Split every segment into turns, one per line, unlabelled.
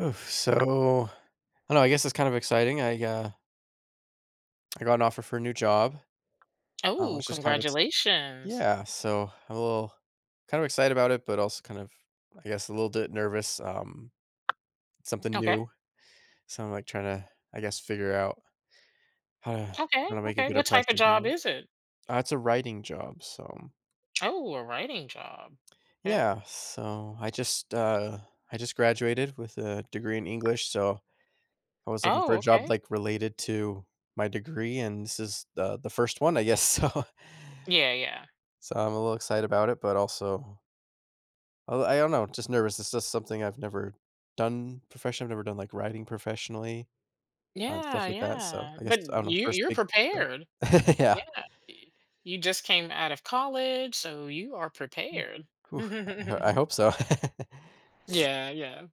Oof, so, I don't know, I guess it's kind of exciting. I got an offer for a new job,
Oh,
which is kind of exci
congratulations.
yeah, so I'm a little kind of excited about it, but also kind of, I guess, a little bit nervous, it's something
Okay.
new, so I'm, like, trying to, I guess, figure out how to
Okay.
how to make a
Okay.
good
What type of
impression, you
job
know?
is it?
It's a writing job, so
Oh, a writing job. Okay.
yeah, so I just graduated with a degree in English, so I was looking for
Oh,
a job,
okay.
like, related to my degree, and this is the first one, I guess, so
Yeah, yeah.
I'm a little excited about it, but also oh, I don't know, just nervous. It's just something I've never done professionally. I've never done, like, writing professionally, and stuff
Yeah,
like that, so
yeah.
I guess,
But
I don't know,
you
first
you're
big job.
prepared.
Yeah.
Yeah. y- You just came out of college, so you are prepared.
Whew, I hope so.
Yeah, yeah.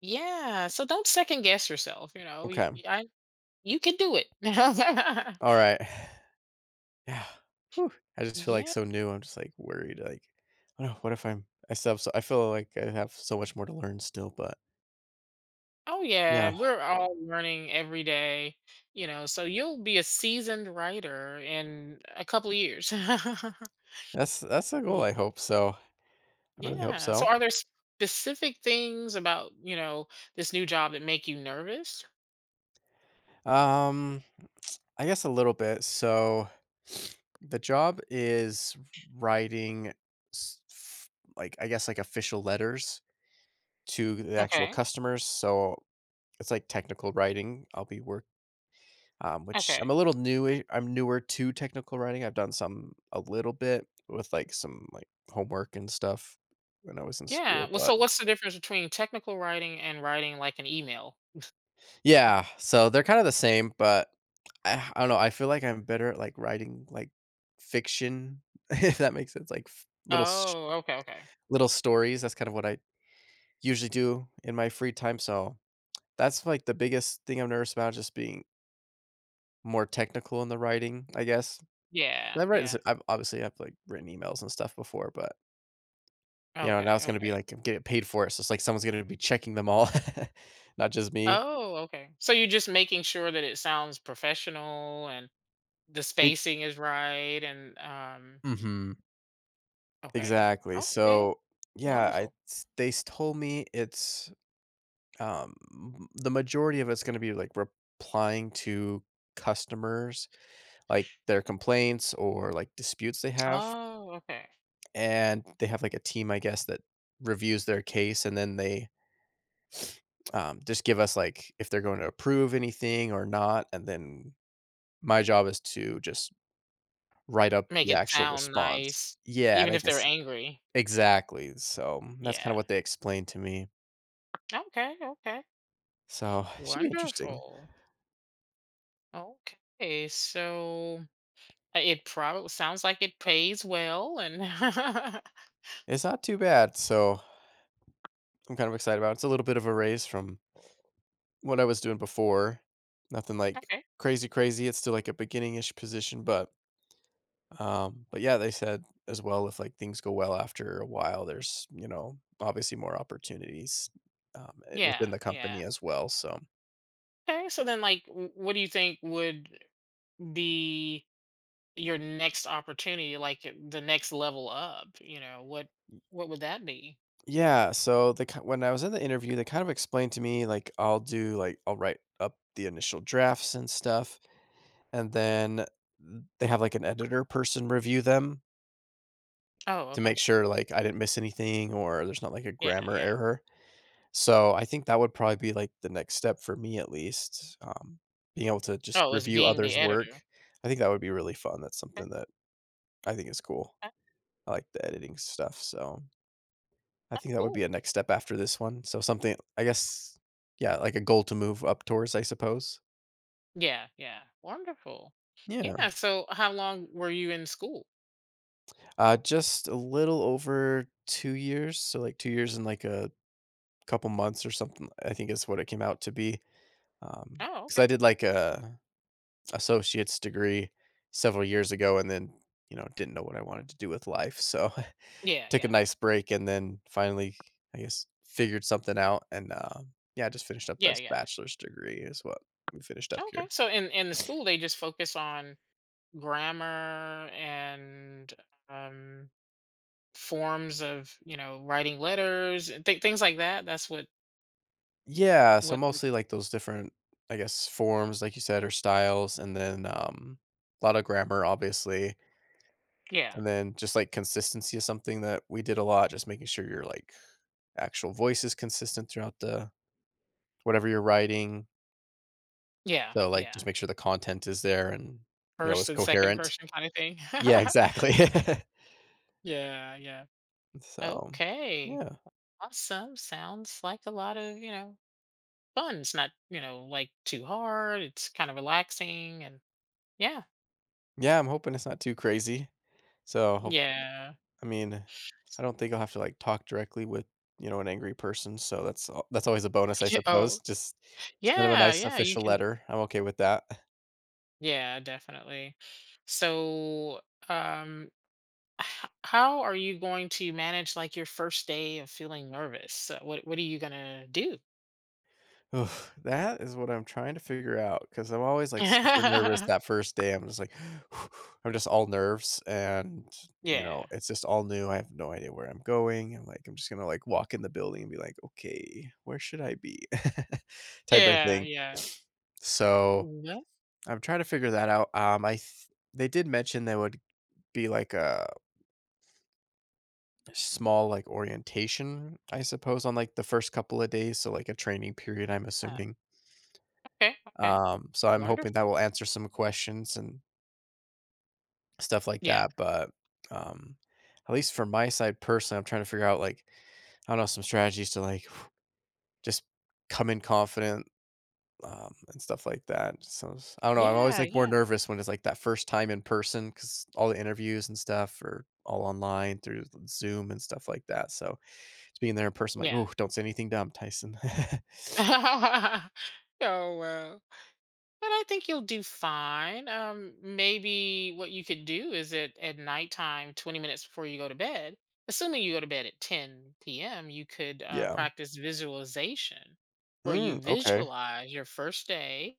Yeah, so don't second guess yourself. Y-
Okay.
I You can do it.
Alright. Yeah. Whew. I just feel, like,
Yeah.
so new. I'm just, like, worried, like, "Oh, no, what if I'm" I still have so I feel like I have so much more to learn still, but
Oh yeah,
yeah.
we're all learning every day, so you'll be a seasoned writer in a couple of years.
That's the goal,
Mm.
I hope so. I really hope
Yeah. So
so.
are there specific things about, this new job that make you nervous?
Um, I guess a little bit. So the job is writing s- f- like I guess like official letters to the actual
Okay.
customers. So it's like technical writing. I'll be work which
Okay.
I'm a little new. I'm newer to technical writing. I've done some a little bit with like some like homework and stuff when I was in
Yeah.
school,
Well,
but
so what's the difference between technical writing and writing like an email?
yeah, so they're kind of the same, but I don't know, I feel like I'm better at, like, writing, like, fiction, if that makes sense, like, f little sh
Oh, okay, okay.
little stories, that's kind of what I usually do in my free time, so that's, like, the biggest thing I'm nervous about, just being more technical in the writing, I guess.
Yeah,
And
yeah.
I've obviously written emails and stuff before, but
Okay,
now it's gonna be,
okay.
like, I'm getting paid for it, so it's like someone's gonna be checking them all, not just me.
Oh, okay. So you're just making sure that it sounds professional and the
It
spacing is right, and,
Mhm.
okay.
Exactly.
Okay,
So, yeah, I
wonderful.
s- they s- told me the majority of it's going to be like replying to customers, like their complaints or like disputes they have,
Oh, okay.
and they have like a team, I guess, that reviews their case, and then they just give us like if they're going to approve anything or not, and then my job is to just write up
Make
the
it
actual
sound
response.
nice,
Yeah,
even
I
if
guess
they're angry.
exactly. So that's kind of
Yeah.
what they explained to me.
Okay, okay.
So it should be interesting.
Wonderful. Okay, so, it probably sounds like it pays well and
It's not too bad. So I'm kind of excited about it. It's a little bit of a raise from what I was doing before. Nothing like
okay.
crazy, crazy. It's still like a beginning ish position, but yeah, they said as well if like things go well after a while, there's obviously more opportunities within
Yeah,
the
yeah.
company as well. So
Okay, so then, like, w what do you think would be your next opportunity, like, the next level up, what would that be?
yeah, so when I was in the interview, they kind of explained to me like I'll do like I'll write up the initial drafts and stuff. And then they have, like, an editor person review them
Oh,
to make
okay.
sure, like, I didn't miss anything or there's not, like, a
Yeah,
grammar
yeah.
error. So I think that would probably be, like, the next step for me at least, being able to just
Oh, it was
review
being the
others' work.
editor.
I think that would be really fun. That's
Okay.
something that I think is cool.
Oh,
I like the editing stuff, so I
oh,
think that would be
cool.
a next step after this one. So something I guess yeah, like a goal to move up towards, I suppose.
Yeah, yeah. Wonderful.
Yeah.
Yeah, so how long were you in school?
Just a little over 2 years, so, like, 2 years and, like, a couple months or something, I think is what it came out to be.
Oh,
Because
okay.
I did like a associate's degree several years ago and then didn't know what I wanted to do with life. So
Yeah,
took a
yeah.
nice break and then finally, I guess, figured something out. And yeah, I just finished up
Yeah,
this
yeah.
bachelor's degree is what we finished up
Okay.
here.
So in the school they just focus on grammar and um forms of, writing letters and things like that. That's what
Yeah, so
what the,
mostly like those different, I guess, forms, like you said, or styles, and then a lot of grammar, obviously,
yeah.
and then just like consistency is something that we did a lot, just making sure you're like actual voice is consistent throughout the whatever you're writing.
Yeah,
So, like,
yeah.
just make sure the content is there and is
First and second
coherent.
person kind of thing.
Yeah, exactly.
Yeah, yeah.
So,
Okay.
yeah.
Awesome. Sounds like a lot of, fun. It's not, like too hard. It's kind of relaxing, and yeah.
Yeah, I'm hoping it's not too crazy. So, hope
Yeah.
I mean, I don't think I'll have to, like, talk directly with an angry person, so that's always a bonus, I suppose.
Oh,
Just send 'em a
yeah,
nice
yeah. You
official
can
letter. I'm okay with that.
Yeah, definitely. So, um how are you going to manage like your first day of feeling nervous? What are you going to do?
Ugh, that is what I'm trying to figure out because 'cause I'm always, like, super nervous
Yeah.
that first day, I'm just like, I'm just all nerves and it's just all new, I have no idea where I'm going, I'm like, I'm just gonna, like, walk in the building and be like, "Okay, where should I be?" type of
Yeah,
thing.
yeah.
So,
Yeah.
I'm trying to figure that out, I th they did mention there would be, like, a small, like, orientation, I suppose, on, like, the first couple of days, so, like, a training period, I'm assuming.
Okay, okay.
So I'm hoping that
Wonderful.
will answer some questions and stuff like
Yeah.
that, but, um, at least for my side personally, I'm trying to figure out, like, I don't know, some strategies to, like, just come in confident, and stuff like that. So I don't know, I'm always,
Yeah,
like, more
yeah.
nervous when it's, like, that first time in person because all the interviews and stuff are all online through Zoom and stuff like that, so just being there in person, like,
Yeah.
oh, don't say anything dumb, Tyson."
Oh well. But I think you'll do fine. Maybe what you could do is at nighttime, 20 minutes before you go to bed. Assuming you go to bed at 10 p.m., you could
Yeah.
practice visualization, where
Mm,
you
okay.
visualize your first day,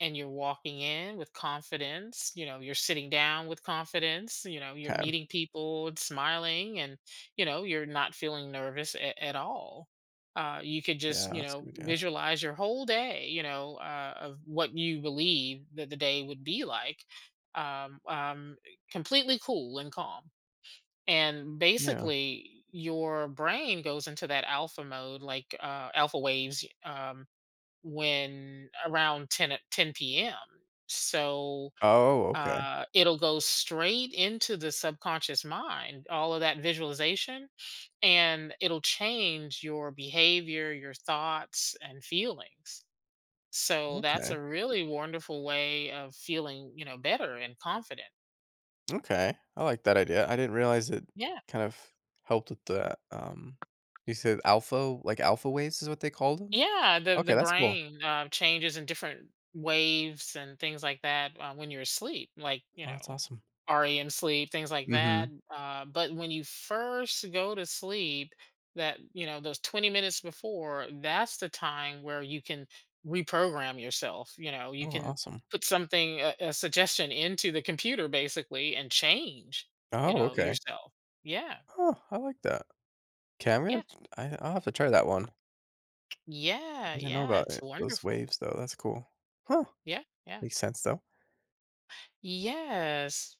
and you're walking in with confidence, you know you're sitting down with confidence, you know you're
Okay.
meeting people and smiling, and you know you're not feeling nervous at all. You could just,
Yeah,
you
that's a
know,
good yeah.
visualize your whole day, of what you believe that the day would be like, um, um, completely cool and calm, and
Yeah.
basically your brain goes into that alpha mode like, alpha waves, when around 10 at 10 p.m. So
Oh, okay.
it'll go straight into the subconscious mind, all of that visualization, and it'll change your behavior, your thoughts, and feelings. So that's
Okay.
a really wonderful way of feeling, better and confident.
Okay. I like that idea. I didn't realize it
Yeah.
kind of helped with the you said alpha, like, alpha waves is what they called them?
Yeah, the
Okay, that's cool.
brain changes in different waves and things like that when you're asleep, like,
Oh, that's awesome.
REM sleep, things like that.
Mhm.
But when you first go to sleep, that, you know, those 20 minutes before, that's the time where you can reprogram yourself. You know, you
Oh,
can
awesome.
put something, a suggestion, into the computer basically and change,
Oh, okay.
yourself. Yeah,
Oh, I like that. Okay, I'm gonna
yeah,
I, I'll have to try that one.
yeah,
I didn't know
yeah.
about
It's
it. Those
wonderful.
waves though. That's cool. Huh.
Yeah, yeah.
Makes sense though.
Yes.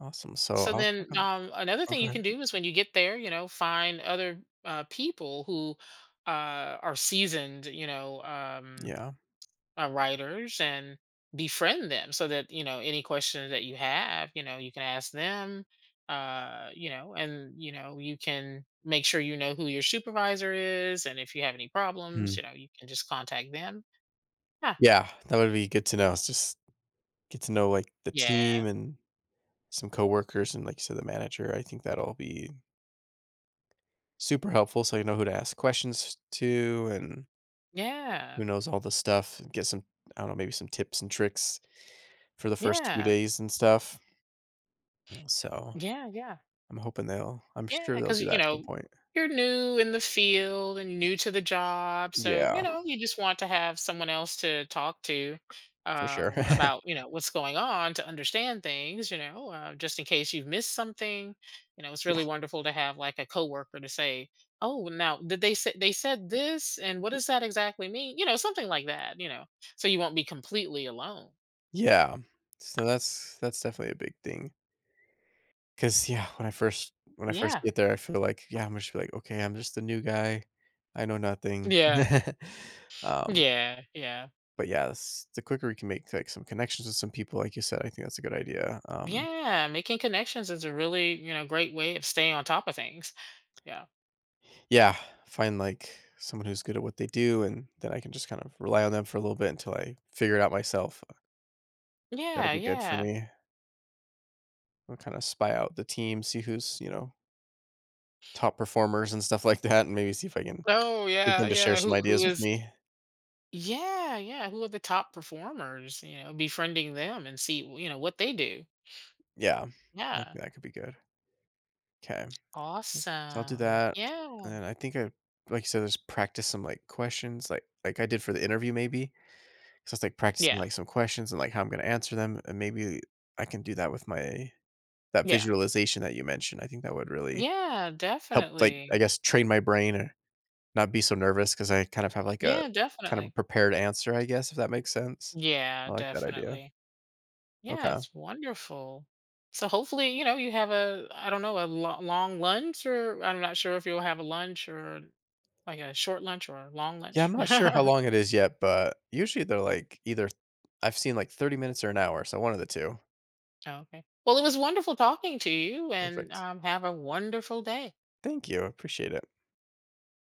Awesome. So
So
I'll
then,
work on
another thing you
Okay.
can do is when you get there, find other, people who are seasoned,
Yeah.
writers, and befriend them so that, any questions that you have, you can ask them, you know, and, you can make sure you know who your supervisor is. And if you have any
Mm.
problems, you can just contact them. Huh.
Yeah, that would be good to know. It's just get to know like the
Yeah.
team and some coworkers, and like you said, the manager. I think that'll be super helpful, so you know who to ask questions to, and
Yeah.
who knows all the stuff. Get some, I don't know, maybe some tips and tricks for the first few
Yeah.
days and stuff, so
Yeah. Yeah.
I'm
Yeah,
sure they'll
because
do that
you
at some
know
point,
you're new in the field and new to the job, so you
yeah,
know you just want to have someone else to talk to,
for sure. Yeah,
about, you know, what's going on, to understand things. You know, just in case you've missed something. You know, it's really wonderful to have like a coworker to say, "Oh, now did they said this, and what does that exactly mean?" You know, something like that. You know, so you won't be completely alone.
yeah, so that's definitely a big thing because yeah, when I first
Yeah.
get there, I feel like, yeah, I'm just be like, okay, I'm just the new guy, I know nothing.
Yeah.
um
Yeah. Yeah.
But yes, the quicker we can make like some connections with some people, like you said, I think that's a good idea.
Yeah, making connections is a really, great way of staying on top of things. Yeah.
Yeah, find like someone who's good at what they do, and then I can just kind of rely on them for a little bit until I figure it out myself. That'll
Yeah,
be good for
yeah.
me. I'll kind of spy out the team, see who's top performers and stuff like that, and maybe see if I can
Oh,
get
yeah,
them to share
yeah.
some
Who
ideas with
is
me.
Yeah, yeah. Who are the top performers, befriending them and see, what they do.
Yeah, I think
Yeah.
that could be good. Okay, so I'll do
Awesome.
that, and
Yeah.
then I think I like you said, just practice some like questions, like I did for the interview, maybe, so it's like practicing
Yeah.
like some questions and like how I'm gonna answer them, and maybe I can do that with my that
Yeah.
visualization that you mentioned. I think that would really
Yeah,
help, like I
definitely.
guess, train my brain or not be so nervous because I kind of have like a
Yeah,
kind of a
definitely.
prepared answer, I guess, if that makes sense.
Yeah,
I like that idea.
definitely. Yeah,
Okay.
it's wonderful. So hopefully, you have a, I don't know, a long lunch, or I'm not sure if you'll have a lunch or like a short lunch or a long
Yeah, I'm
lunch.
not sure how long it is yet, but usually they're like either I've seen like 30 minutes or an hour, so one of the two.
Okay. Well, it was wonderful talking to you, and
Perfect.
have a wonderful day.
Thank you. Appreciate it.